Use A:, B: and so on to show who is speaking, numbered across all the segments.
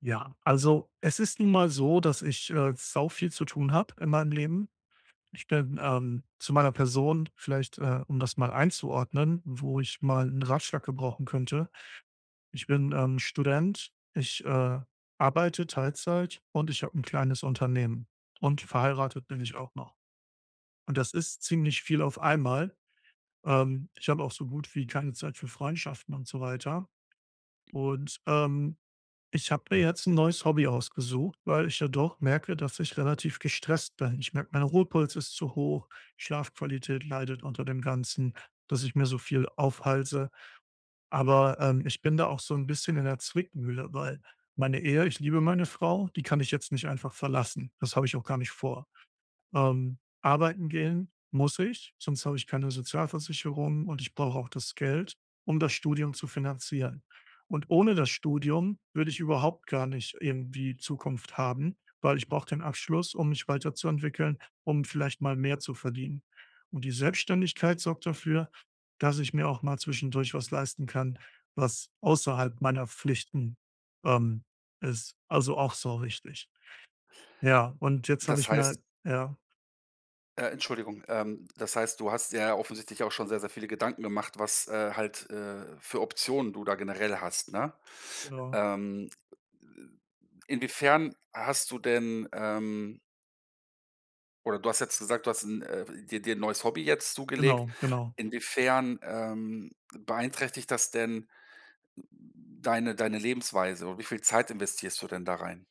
A: Ja, also es ist nun mal so, dass ich sau viel zu tun habe in meinem Leben. Ich bin, zu meiner Person vielleicht, um das mal einzuordnen, wo ich mal einen Ratschlag gebrauchen könnte. Ich bin, Student, ich arbeite Teilzeit und ich habe ein kleines Unternehmen und verheiratet bin ich auch noch. Und das ist ziemlich viel auf einmal. Ich habe auch so gut wie keine Zeit für Freundschaften und so weiter. Und, ähm Ich habe mir jetzt ein neues Hobby ausgesucht, weil ich ja doch merke, dass ich relativ gestresst bin. Ich merke, mein Ruhepuls ist zu hoch, Schlafqualität leidet unter dem Ganzen, dass ich mir so viel aufhalse. Aber ich bin da auch so ein bisschen in der Zwickmühle, weil meine Ehe ich liebe meine Frau, die kann ich jetzt nicht einfach verlassen. Das habe ich auch gar nicht vor. Arbeiten gehen muss ich, sonst habe ich keine Sozialversicherung und ich brauche auch das Geld, um das Studium zu finanzieren. Und ohne das Studium würde ich überhaupt gar nicht irgendwie Zukunft haben, weil ich brauche den Abschluss, um mich weiterzuentwickeln, um vielleicht mal mehr zu verdienen. Und die Selbstständigkeit sorgt dafür, dass ich mir auch mal zwischendurch was leisten kann, was außerhalb meiner Pflichten, ähm, ist. Also, auch so wichtig. Ja, und jetzt habe
B: Das
A: ich mir
B: heißt
A: ja,
B: Entschuldigung, das heißt, du hast ja offensichtlich auch schon sehr, sehr viele Gedanken gemacht, was, halt, für Optionen du da generell hast, ne?
A: genau.
B: Ähm, inwiefern hast du denn, oder du hast jetzt gesagt, du hast 'n dir 'n neues Hobby jetzt zugelegt.
A: Genau, genau.
B: Inwiefern, beeinträchtigt das denn deine Lebensweise und wie viel Zeit investierst du denn da rein?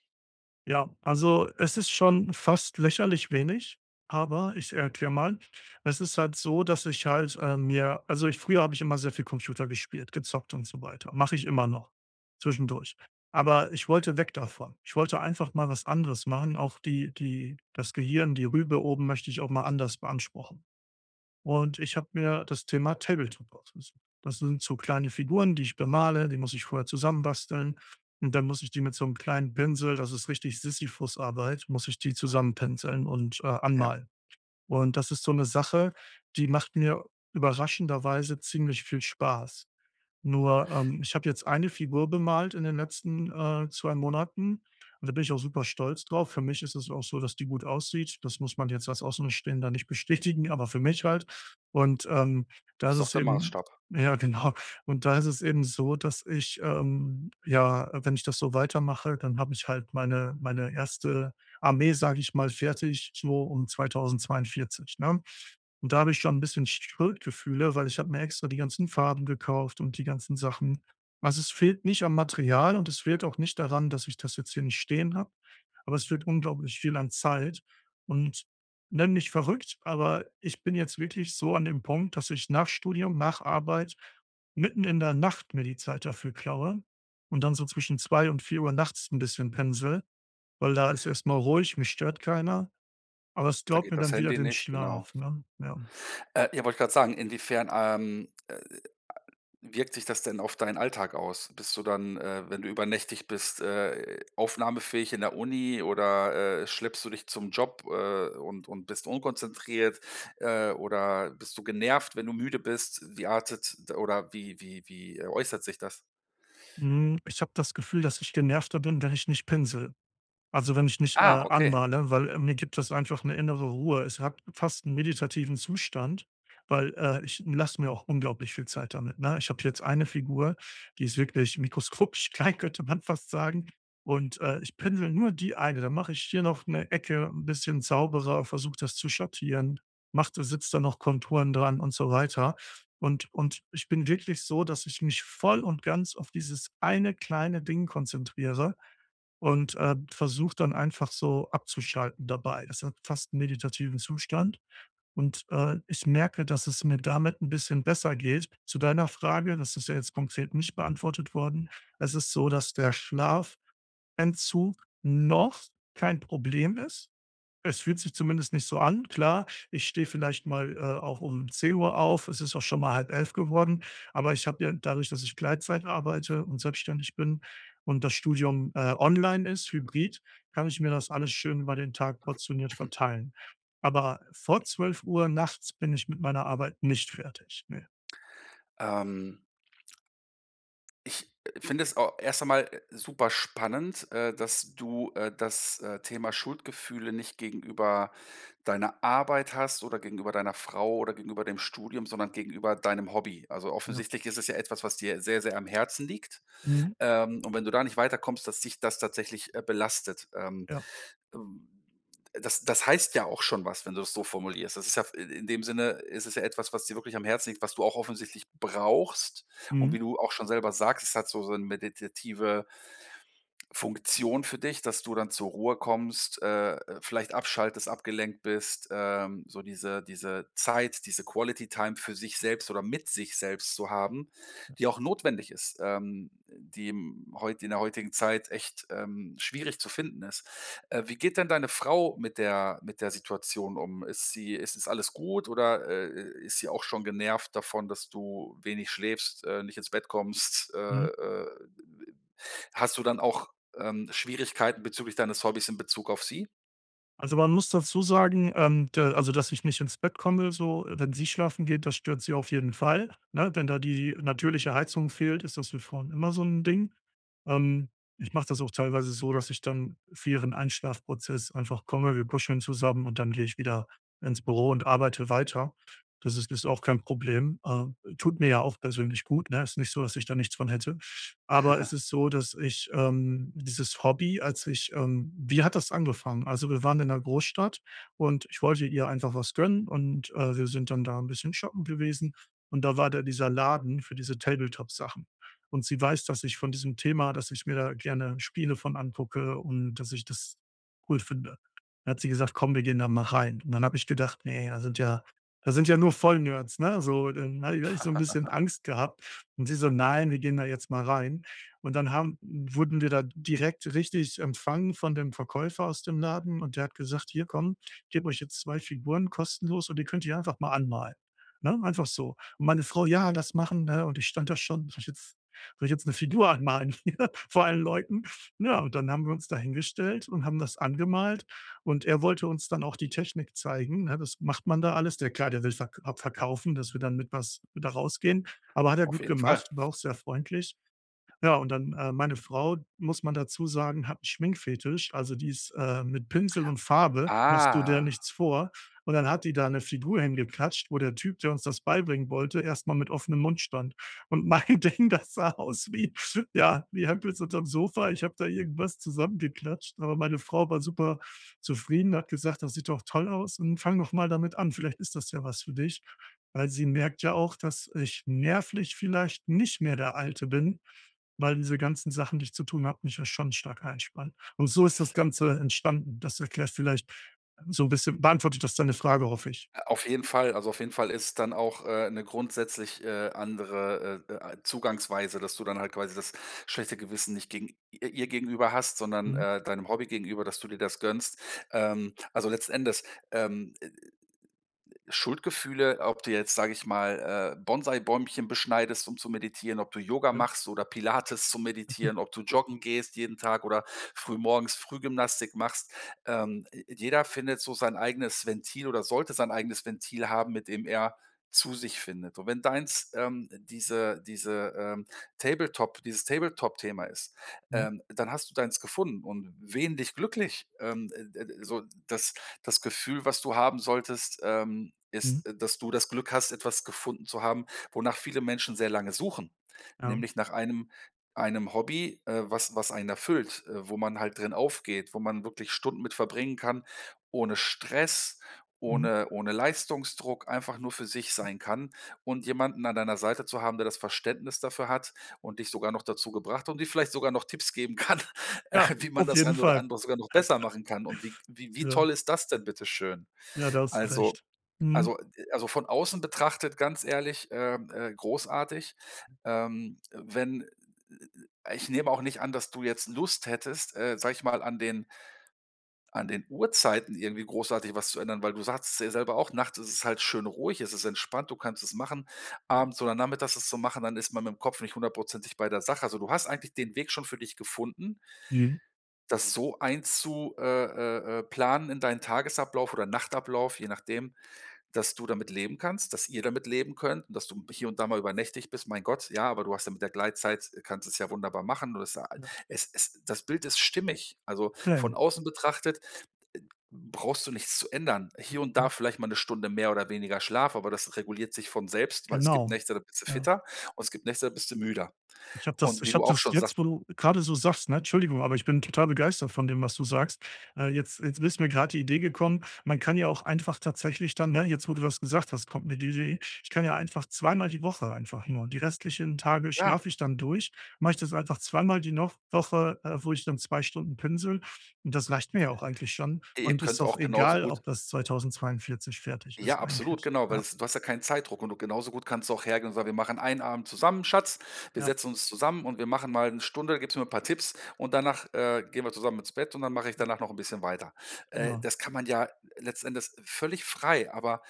A: Ja, also es ist schon fast lächerlich wenig, aber ich erkläre mal. Es ist halt so, dass ich mir also ich früher habe ich immer sehr viel Computer gespielt, gezockt und so weiter. Mache ich immer noch zwischendurch. Aber ich wollte weg davon. Ich wollte einfach mal was anderes machen. Auch die das Gehirn, die Rübe oben möchte ich auch mal anders beanspruchen. Und ich habe mir das Thema Tabletop ausgesucht. Das sind so kleine Figuren, die ich bemale, die muss ich vorher zusammenbasteln. Und dann muss ich die mit so einem kleinen Pinsel, das ist richtig Sisyphusarbeit, muss ich die zusammenpinseln und
B: Ja,
A: anmalen. Und das ist so eine Sache, die macht mir überraschenderweise ziemlich viel Spaß. Nur, ich habe jetzt eine Figur bemalt in den letzten 2 Monaten und da bin ich auch super stolz drauf. Für mich ist es auch so, dass die gut aussieht. Das muss man jetzt als Außenstehender nicht bestätigen, aber für mich halt. Und da
B: ist
A: ist
B: doch
A: es
B: der
A: eben
B: Maßstab.
A: ja, genau. Und da ist es eben so, dass ich ja, wenn ich das so weitermache, dann habe ich halt meine erste Armee, sage ich mal, fertig so um 2042, ne? Und da habe ich schon ein bisschen Schuldgefühle, weil ich habe mir extra die ganzen Farben gekauft und die ganzen Sachen. Also, es fehlt nicht am Material und es fehlt auch nicht daran, dass ich das jetzt hier nicht stehen habe, aber es fehlt unglaublich viel an Zeit. Und nenn mich verrückt, aber ich bin jetzt wirklich so an dem Punkt, dass ich nach Studium, nach Arbeit, mitten in der Nacht mir die Zeit dafür klaue und dann so zwischen 2 und vier Uhr nachts ein bisschen pensele, weil da ist erstmal ruhig, mich stört keiner, aber es
B: Da
A: klaut
B: geht
A: mir
B: das
A: dann wieder
B: Handy
A: den
B: nicht, genau.
A: Schlaf, ne? Ja.
B: Ja, wollte ich grad sagen, inwiefern, wirkt sich das denn auf deinen Alltag aus? Bist du dann, wenn du übernächtig bist, aufnahmefähig in der Uni oder, schleppst du dich zum Job, und bist unkonzentriert, oder bist du genervt, wenn du müde bist? Wie artet oder wie äußert sich das?
A: Hm, ich habe das Gefühl, dass ich genervter bin, wenn ich nicht Pinsel. Also, wenn ich nicht
B: Ah, okay.
A: anmale, weil mir gibt das einfach eine innere Ruhe. Es hat fast einen meditativen Zustand, weil ich lasse mir auch unglaublich viel Zeit damit, ne? Ich habe jetzt eine Figur, die ist wirklich mikroskopisch klein, könnte man fast sagen. Und ich pinsel nur die eine. Dann mache ich hier noch eine Ecke ein bisschen sauberer, versuche das zu schattieren, mache da setze da noch Konturen dran und so weiter. Und ich bin wirklich so, dass ich mich voll und ganz auf dieses eine kleine Ding konzentriere und versuche dann einfach so abzuschalten dabei. Das hat fast 'n meditativen Zustand. Und ich merke, dass es mir damit ein bisschen besser geht. Zu deiner Frage, das ist ja jetzt konkret nicht beantwortet worden. Es ist so, dass der Schlafentzug noch kein Problem ist. Es fühlt sich zumindest nicht so an. Klar, ich stehe vielleicht mal auch um 10 Uhr auf. Es ist auch schon mal halb elf geworden. Aber ich habe ja dadurch, dass ich Gleitzeit arbeite und selbstständig bin und das Studium online ist, hybrid, kann ich mir das alles schön über den Tag portioniert verteilen. Aber vor 12 Uhr nachts bin ich mit meiner Arbeit nicht fertig. Ne.
B: Ähm Ich finde es au erst einmal super spannend, dass du, das, Thema Schuldgefühle nicht gegenüber deiner Arbeit hast oder gegenüber deiner Frau oder gegenüber dem Studium, sondern gegenüber deinem Hobby. Also,
A: Ja.
B: offensichtlich ist es ja etwas, was dir sehr, sehr am Herzen liegt.
A: Mhm.
B: Und wenn du da nicht weiterkommst, dass dich das tatsächlich, belastet.
A: Ja.
B: Ähm, das heißt ja auch schon was, wenn du es so formulierst. Das ist ja in dem Sinne ist es ja etwas, was dir wirklich am Herzen liegt, was du auch offensichtlich brauchst. Und
A: Mhm.
B: wie du auch schon selber sagst, es hat so eine meditative Funktion für dich, dass du dann zur Ruhe kommst, vielleicht abschaltest, abgelenkt bist, so diese Zeit, diese Quality Time für sich selbst oder mit sich selbst zu haben, die auch notwendig ist, die im heut in der heutigen Zeit echt, schwierig zu finden ist. Wie geht denn deine Frau mit der Situation um? Ist sie ist alles gut oder, ist sie auch schon genervt davon, dass du wenig schläfst, nicht ins Bett kommst?
A: Mhm.
B: Äh Hast du dann auch, Schwierigkeiten bezüglich deines Hobbys in Bezug auf sie?
A: Also, man muss dazu sagen, da also, dass ich nicht ins Bett komme so, wenn sie schlafen geht, das stört sie auf jeden Fall, ne? Wenn da die natürliche Heizung fehlt, ist das für Frauen immer so ein Ding. Ähm, ich mache das auch teilweise so, dass ich dann für ihren Einschlafprozess einfach komme, wir kuscheln zusammen und dann gehe ich wieder ins Büro und arbeite weiter. Das ist auch kein Problem. Tut mir ja auch persönlich gut, ne? Ist nicht so, dass ich da nichts von hätte. Aber es ist so, dass ich dieses Hobby, als ich wie hat das angefangen? Also, wir waren in 'ner Großstadt und ich wollte ihr einfach was gönnen und wir sind dann da ein bisschen shoppen gewesen und da war da dieser Laden für diese Tabletop-Sachen. Und sie weiß, dass ich von diesem Thema dass ich mir da gerne Spiele von angucke und dass ich das cool finde. Dann hat sie gesagt: „Komm, wir gehen da mal rein.“ Und dann habe ich gedacht: „Ne, da sind ja nur Vollnerds“, ne? So, dann habe ich hatte ich so ein bisschen Angst gehabt und sie so: „Nein, wir gehen da jetzt mal rein.“ Und dann haben wurden wir da direkt richtig empfangen von dem Verkäufer aus dem Laden und der hat gesagt: „Hier, komm, ich gebe euch jetzt 2 Figuren kostenlos und die könnt ihr einfach mal anmalen“, ne? Einfach so. Und meine Frau: „Ja, das machen“, ne? Und ich stand da schon hab ich jetzt soll ich jetzt eine Figur anmalen hier vor allen Leuten? Ja, und dann haben wir uns da hingestellt und haben das angemalt. Und er wollte uns dann auch die Technik zeigen. Ne? Das macht man da alles. Der klar, der will verkaufen, dass wir dann mit was da rausgehen. Aber hat er
B: Auf
A: gut
B: jeden Fall.
A: gemacht, war auch sehr freundlich. Ja, und dann meine Frau, muss man dazu sagen, hat 'n Schminkfetisch. Also, die ist mit Pinsel und Farbe machst du der
B: Ah,
A: nichts vor. Und dann hat die da eine Figur hingeklatscht, wo der Typ, der uns das beibringen wollte, erstmal mit offenem Mund stand. Und mein Ding, das sah aus wie ja, wie Hempels unterm Sofa. Ich habe da irgendwas zusammengeklatscht, aber meine Frau war super zufrieden, hat gesagt: „Das sieht doch toll aus und fang doch mal damit an. Vielleicht ist das ja was für dich.“ Weil sie merkt ja auch, dass ich nervlich vielleicht nicht mehr der Alte bin, weil diese ganzen Sachen, die ich zu tun habe, mich ja schon stark einspannen. Und so ist das Ganze entstanden. Das erklärt vielleicht so 'n bisschen beantwortet das deine Frage, hoffe ich.
B: auf jeden Fall. Also, auf jeden Fall ist dann auch, 'ne grundsätzlich, andere, Zugangsweise, dass du dann halt quasi das schlechte Gewissen nicht gegen i ihr gegenüber hast, sondern,
A: Mhm.
B: deinem Hobby gegenüber, dass du dir das gönnst. Also, letzten Endes, ähm Schuldgefühle, ob du jetzt, sage ich mal, Bonsai-Bäumchen beschneidest, um zu meditieren, ob du Yoga
A: Ja.
B: machst oder Pilates zum
A: Mhm.
B: Meditieren, ob du joggen gehst jeden Tag oder frühmorgens Frühgymnastik machst. Jeder findet so sein eigenes Ventil oder sollte sein eigenes Ventil haben, mit dem er zu sich findet. Und wenn deins diese Tabletop, dieses Tabletop-Thema ist, dann hast du deins gefunden und wen dich glücklich. So, das Gefühl, was du haben solltest,
A: Mhm.
B: ist, dass du das Glück hast, etwas gefunden zu haben, wonach viele Menschen sehr lange suchen,
A: Ja.
B: nämlich nach einem Hobby, was einen erfüllt, wo man halt drin aufgeht, wo man wirklich Stunden mit verbringen kann, ohne Stress,
A: Mhm.
B: ohne Leistungsdruck, einfach nur für sich sein kann und jemanden an deiner Seite zu haben, der das Verständnis dafür hat und dich sogar noch dazu gebracht hat und dir vielleicht sogar noch Tipps geben kann,
A: Ja,
B: wie man
A: auf
B: das
A: jeden
B: eine oder
A: Fall.
B: andere sogar noch besser machen kann. Und wie
A: Ja.
B: toll ist das denn bitte schön?
A: Ja, da hast du
B: Also
A: recht. Mhm.
B: also von außen betrachtet, ganz ehrlich, großartig. Wenn ich nehme auch nicht an, dass du jetzt Lust hättest, sage ich mal, an den Uhrzeiten irgendwie großartig was zu ändern, weil du sagst es ja selber auch, nachts ist es halt schön ruhig, es ist entspannt, du kannst es machen.
A: Ja.
B: Abends oder nachmittags es zu machen, dann ist man mit'm Kopf nicht hundertprozentig bei der Sache. Also, du hast eigentlich den Weg schon für dich gefunden,
A: Mhm.
B: das so einzu planen in deinen Tagesablauf oder Nachtablauf, je nachdem, dass du damit leben kannst, dass ihr damit leben könnt und dass du hier und da mal übernächtig bist. Mein Gott, ja, aber du hast ja mit der Gleitzeit kannst es ja wunderbar machen. Und
A: Ja.
B: es das Bild ist stimmig. Also, von
A: Okay.
B: außen betrachtet brauchst du nichts zu ändern. Hier und da
A: Mhm.
B: vielleicht mal eine Stunde mehr oder weniger Schlaf, aber das reguliert sich von selbst, weil es gibt
A: Genau.
B: Nächte, da bist du
A: Ja.
B: fitter und es gibt Nächte, da bist du müder.
A: Ich habe das
B: Und wie
A: ich habe
B: du auch
A: das
B: schon sagst,
A: jetzt, wo du gerade so sagst, ne? Entschuldigung, aber ich bin total begeistert von dem, was du sagst. Jetzt ist mir gerade die Idee gekommen, man kann ja auch einfach tatsächlich dann, ne, jetzt, wo du das gesagt hast, kommt mir die Idee, ich kann ja einfach zweimal die Woche einfach nur die restlichen Tage
B: ja,
A: schlafe ich dann durch, mache ich das einfach zweimal die noch Woche, wo ich dann 2 Stunden pinsel und das reicht mir ja auch eigentlich schon
B: ihr
A: und ist
B: könnt
A: auch
B: auch genauso
A: egal,
B: gut
A: ob das 2042 fertig
B: ja,
A: ist
B: absolut,
A: eigentlich.
B: genau, weil
A: Ja,
B: es du hast ja keinen Zeitdruck und du genauso gut kannst du auch hergehen und sagen: „Wir machen einen Abend zusammen, Schatz. Wir
A: ja,
B: setzen uns zusammen und wir machen mal eine Stunde, gibst mir 'n paar Tipps und danach, gehen wir zusammen ins Bett und dann mache ich
A: ja,
B: danach noch ein bisschen weiter.“
A: genau.
B: das kann man ja letztendlich völlig frei, aber,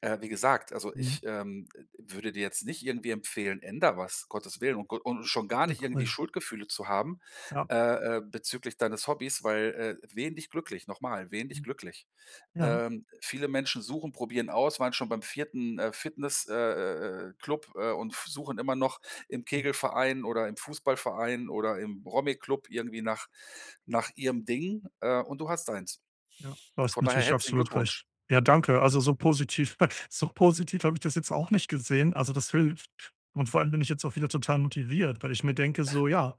B: wie gesagt, also,
A: Mhm.
B: ich, würde dir jetzt nicht irgendwie empfehlen: „Änder was“, Gottes Willen und go und schon gar
A: Ja,
B: nicht irgendwie
A: cool.
B: Schuldgefühle zu haben,
A: Ja,
B: bezüglich deines Hobbys, weil, wähn dich glücklich. Nochmal, mal, wähn dich
A: mhm,
B: glücklich.
A: ja.
B: Viele Menschen suchen, probieren aus, waren schon beim vierten Fitness Club, und f suchen immer noch im Kegelverein oder im Fußballverein oder im Rommi-Club irgendwie nach ihrem Ding, und du hast deins.
A: Ja, du hast
B: Von daher
A: natürlich
B: herzlichen
A: absolut
B: Glückwunsch.
A: recht. Ja, danke. Also so positiv so positiv habe ich das jetzt auch nicht gesehen. Also das hilft. Und vor allem bin ich jetzt auch wieder total motiviert, weil ich mir denke so: „Ja,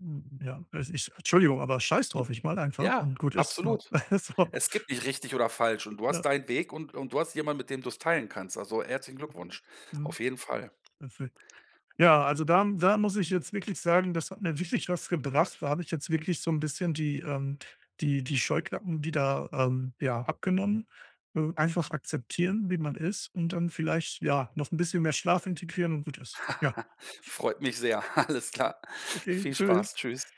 A: hm, ja, es ich Entschuldigung, aber scheiß
B: Und
A: drauf, ich mal einfach
B: ja,
A: und gut ist.“ So.
B: absolut.
A: So,
B: Es gibt nicht richtig oder falsch und du hast
A: ja,
B: deinen Weg und du hast jemanden, mit dem du es teilen kannst. Also, herzlichen Glückwunsch, auf jeden Fall.
A: mhm. Ja, also da muss ich jetzt wirklich sagen, das hat mir wirklich was gebracht. Da habe ich jetzt wirklich so ein bisschen die Scheuklappen wieder, ja, abgenommen. Einfach akzeptieren, wie man ist und dann vielleicht, ja, noch ein bisschen mehr Schlaf integrieren und gut ist. Ja,
B: Freut mich sehr. Alles klar.
A: okay,
B: Viel Spaß.
A: tschüss.
B: Tschüss.